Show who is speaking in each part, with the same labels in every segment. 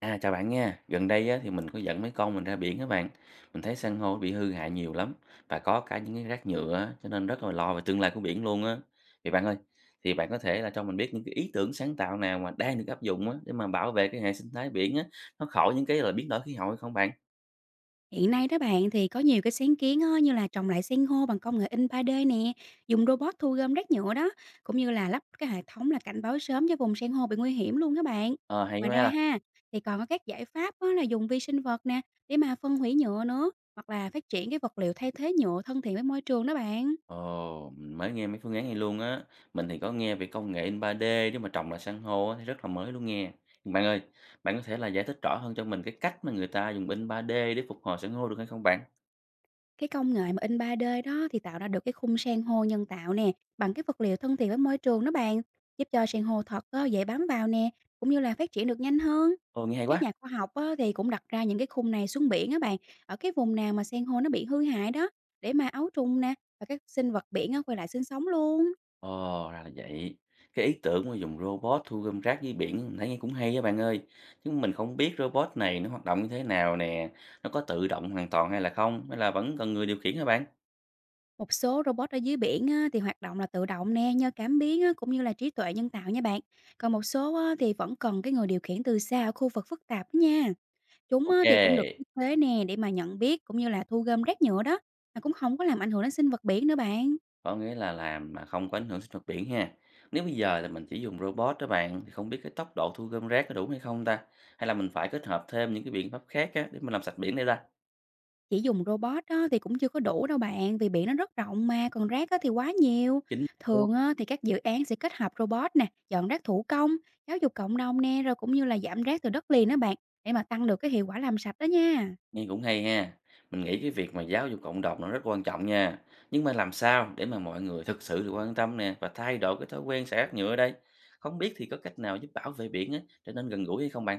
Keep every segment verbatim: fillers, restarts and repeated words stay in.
Speaker 1: À, chào bạn nha. Gần đây á, thì mình có dẫn mấy con mình ra biển các bạn. Mình thấy san hô bị hư hại nhiều lắm và có cả những cái rác nhựa á, cho nên rất là lo về tương lai của biển luôn á. Thì bạn ơi, thì bạn có thể là cho mình biết những cái ý tưởng sáng tạo nào mà đang được áp dụng á, để mà bảo vệ cái hệ sinh thái biển á, nó khỏi những cái là biến đổi khí hậu hay không bạn?
Speaker 2: Hiện nay đó bạn thì có nhiều cái sáng kiến á, như là trồng lại san hô bằng công nghệ in ba đê nè, dùng robot thu gom rác nhựa đó, cũng như là lắp cái hệ thống là cảnh báo sớm cho vùng san hô bị nguy hiểm luôn các bạn.
Speaker 1: Ờ, hay
Speaker 2: Ngoài ra
Speaker 1: quá.
Speaker 2: ha, thì còn có các giải pháp á, là dùng vi sinh vật nè để mà phân hủy nhựa nữa, hoặc là phát triển cái vật liệu thay thế nhựa thân thiện với môi trường đó bạn.
Speaker 1: Ồ, mình mới nghe mấy phương án này luôn á. Mình thì có nghe về công nghệ in ba D để mà trồng lại san hô á, thì rất là mới luôn nghe. Nhưng bạn ơi, bạn có thể là giải thích rõ hơn cho mình cái cách mà người ta dùng in ba D để phục hồi san hô được hay không bạn?
Speaker 2: Cái công nghệ mà in ba đê đó thì tạo ra được cái khung san hô nhân tạo nè, bằng cái vật liệu thân thiện với môi trường đó bạn, giúp cho san hô thật á, dễ bám vào nè, cũng như là phát triển được nhanh hơn.
Speaker 1: Ồ, nghe hay
Speaker 2: Các
Speaker 1: quá.
Speaker 2: nhà khoa học á, thì cũng đặt ra những cái khung này xuống biển á bạn, ở cái vùng nào mà san hô nó bị hư hại đó, để mà ấu trùng nè và các sinh vật biển á, quay lại sinh sống luôn.
Speaker 1: Ồ, ra là vậy. Cái ý tưởng mà dùng robot thu gom rác dưới biển mình thấy nghe cũng hay á bạn ơi. Chứ mình không biết robot này nó hoạt động như thế nào nè. Nó có tự động hoàn toàn hay là không? Hay là vẫn cần người điều khiển hả bạn?
Speaker 2: Một số robot ở dưới biển á, thì hoạt động là tự động nè, nhờ cảm biến á, cũng như là trí tuệ nhân tạo nha bạn. Còn một số á, thì vẫn cần cái người điều khiển từ xa ở khu vực phức tạp đó nha. Chúng á,
Speaker 1: Ok.
Speaker 2: thì cũng được thiết kế nè để mà nhận biết cũng như là thu gom rác nhựa đó, mà cũng không có làm ảnh hưởng đến sinh vật biển nữa bạn.
Speaker 1: Có nghĩa là làm mà không có ảnh hưởng sinh vật biển ha. Nếu bây giờ là mình chỉ dùng robot đó bạn thì không biết cái tốc độ thu gom rác có đủ hay không ta? Hay là mình phải kết hợp thêm những cái biện pháp khác á để mình làm sạch biển đây ta?
Speaker 2: Chỉ dùng robot á thì cũng chưa có đủ đâu bạn, vì biển nó rất rộng mà, còn rác á thì quá nhiều.
Speaker 1: Chính đúng.
Speaker 2: Thường á thì các dự án sẽ kết hợp robot nè, dọn rác thủ công, giáo dục cộng đồng nè, rồi cũng như là giảm rác từ đất liền đó bạn, để mà tăng được cái hiệu quả làm sạch đó nha.
Speaker 1: Nghe cũng hay ha. Mình nghĩ cái việc mà giáo dục cộng đồng nó rất quan trọng nha. Nhưng mà làm sao để mà mọi người thực sự được quan tâm nè và thay đổi cái thói quen xả rác nhựa ở đây? Không biết thì có cách nào giúp bảo vệ biển á trở nên gần gũi hay không bạn?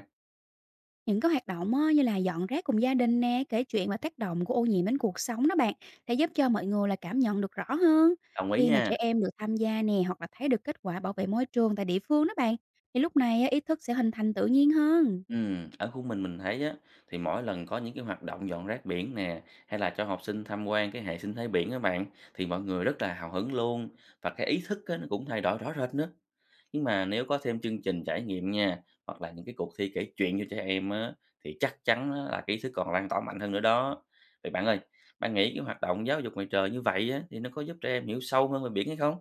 Speaker 2: Những cái hoạt động á, như là dọn rác cùng gia đình nè, kể chuyện và tác động của ô nhiễm đến cuộc sống đó bạn, sẽ giúp cho mọi người là cảm nhận được rõ hơn.
Speaker 1: Đồng ý
Speaker 2: Khi mà
Speaker 1: nha.
Speaker 2: trẻ em được tham gia nè, hoặc là thấy được kết quả bảo vệ môi trường tại địa phương đó bạn, thì lúc này á, ý thức sẽ hình thành tự nhiên hơn.
Speaker 1: Ừm, ở khu mình mình thấy á, thì mỗi lần có những cái hoạt động dọn rác biển nè, hay là cho học sinh tham quan cái hệ sinh thái biển các bạn, thì mọi người rất là hào hứng luôn và cái ý thức á, nó cũng thay đổi rõ rệt nữa. Nhưng mà nếu có thêm chương trình trải nghiệm nha, hoặc là những cái cuộc thi kể chuyện cho trẻ em á, thì chắc chắn á, là cái ý thức còn lan tỏa mạnh hơn nữa đó. Vậy bạn ơi, bạn nghĩ cái hoạt động giáo dục ngoài trời như vậy á, thì nó có giúp trẻ em hiểu sâu hơn về biển hay không?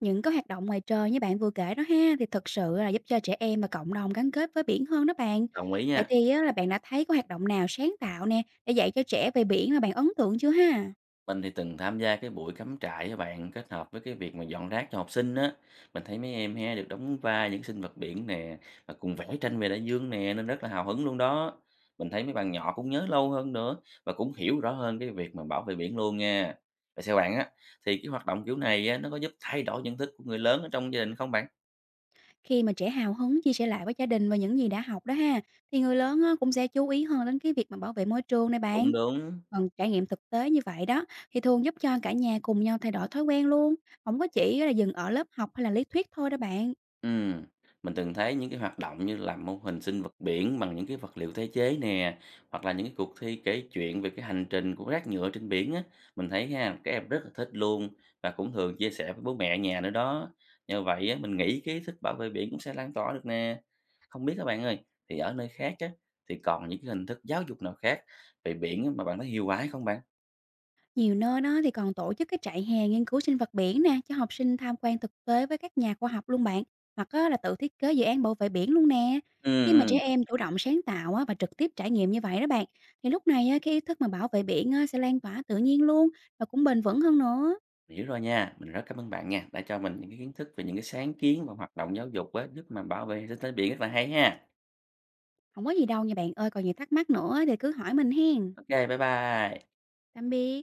Speaker 2: Những cái hoạt động ngoài trời như bạn vừa kể đó ha, thì thực sự là giúp cho trẻ em và cộng đồng gắn kết với biển hơn đó bạn.
Speaker 1: Đồng ý
Speaker 2: Vậy
Speaker 1: nha.
Speaker 2: thì á, là bạn đã thấy có hoạt động nào sáng tạo nè, để dạy cho trẻ về biển mà bạn ấn tượng chưa ha?
Speaker 1: Mình thì từng tham gia cái buổi cắm trại các bạn, kết hợp với cái việc mà dọn rác cho học sinh á. Mình thấy mấy em he được đóng vai những sinh vật biển nè, và cùng vẽ tranh về đại dương nè, nên rất là hào hứng luôn đó. Mình thấy mấy bạn nhỏ cũng nhớ lâu hơn nữa, và cũng hiểu rõ hơn cái việc mà bảo vệ biển luôn nha. Vậy theo bạn á, thì cái hoạt động kiểu này á, nó có giúp thay đổi nhận thức của người lớn ở trong gia đình không bạn?
Speaker 2: Khi mà trẻ hào hứng chia sẻ lại với gia đình và những gì đã học đó ha, thì người lớn á, cũng sẽ chú ý hơn đến cái việc mà bảo vệ môi trường này bạn.
Speaker 1: Cũng đúng.
Speaker 2: Còn trải nghiệm thực tế như vậy đó, thì thường giúp cho cả nhà cùng nhau thay đổi thói quen luôn, không có chỉ là dừng ở lớp học hay là lý thuyết thôi đó bạn.
Speaker 1: Ừm, mình từng thấy những cái hoạt động như làm mô hình sinh vật biển bằng những cái vật liệu tái chế nè, hoặc là những cái cuộc thi kể chuyện về cái hành trình của rác nhựa trên biển á, mình thấy ha, các em rất là thích luôn và cũng thường chia sẻ với bố mẹ nhà nữa đó. Nhờ vậy á, mình nghĩ cái ý thức bảo vệ biển cũng sẽ lan tỏa được nè. Không biết các bạn ơi, thì ở nơi khác á, thì còn những cái hình thức giáo dục nào khác về biển á mà bạn thấy hiệu quả hay không bạn?
Speaker 2: Nhiều nơi đó thì còn tổ chức cái trại hè nghiên cứu sinh vật biển nè cho học sinh tham quan thực tế với các nhà khoa học luôn bạn, hoặc á, là tự thiết kế dự án bảo vệ biển luôn nè.
Speaker 1: Ừ,
Speaker 2: Khi mà trẻ
Speaker 1: ừ.
Speaker 2: em chủ động sáng tạo á, và trực tiếp trải nghiệm như vậy đó bạn, thì lúc này á, cái ý thức mà bảo vệ biển á, sẽ lan tỏa tự nhiên luôn và cũng bền vững hơn nữa.
Speaker 1: Mình hiểu rồi nha, mình rất cảm ơn bạn nha, đã cho mình những cái kiến thức về những cái sáng kiến và hoạt động giáo dục á, giúp mà bảo vệ sinh thái biển rất là hay ha.
Speaker 2: Không có gì đâu nha bạn ơi, còn nhiều thắc mắc nữa thì cứ hỏi mình hen.
Speaker 1: Ok, bye bye.
Speaker 2: Tạm biệt.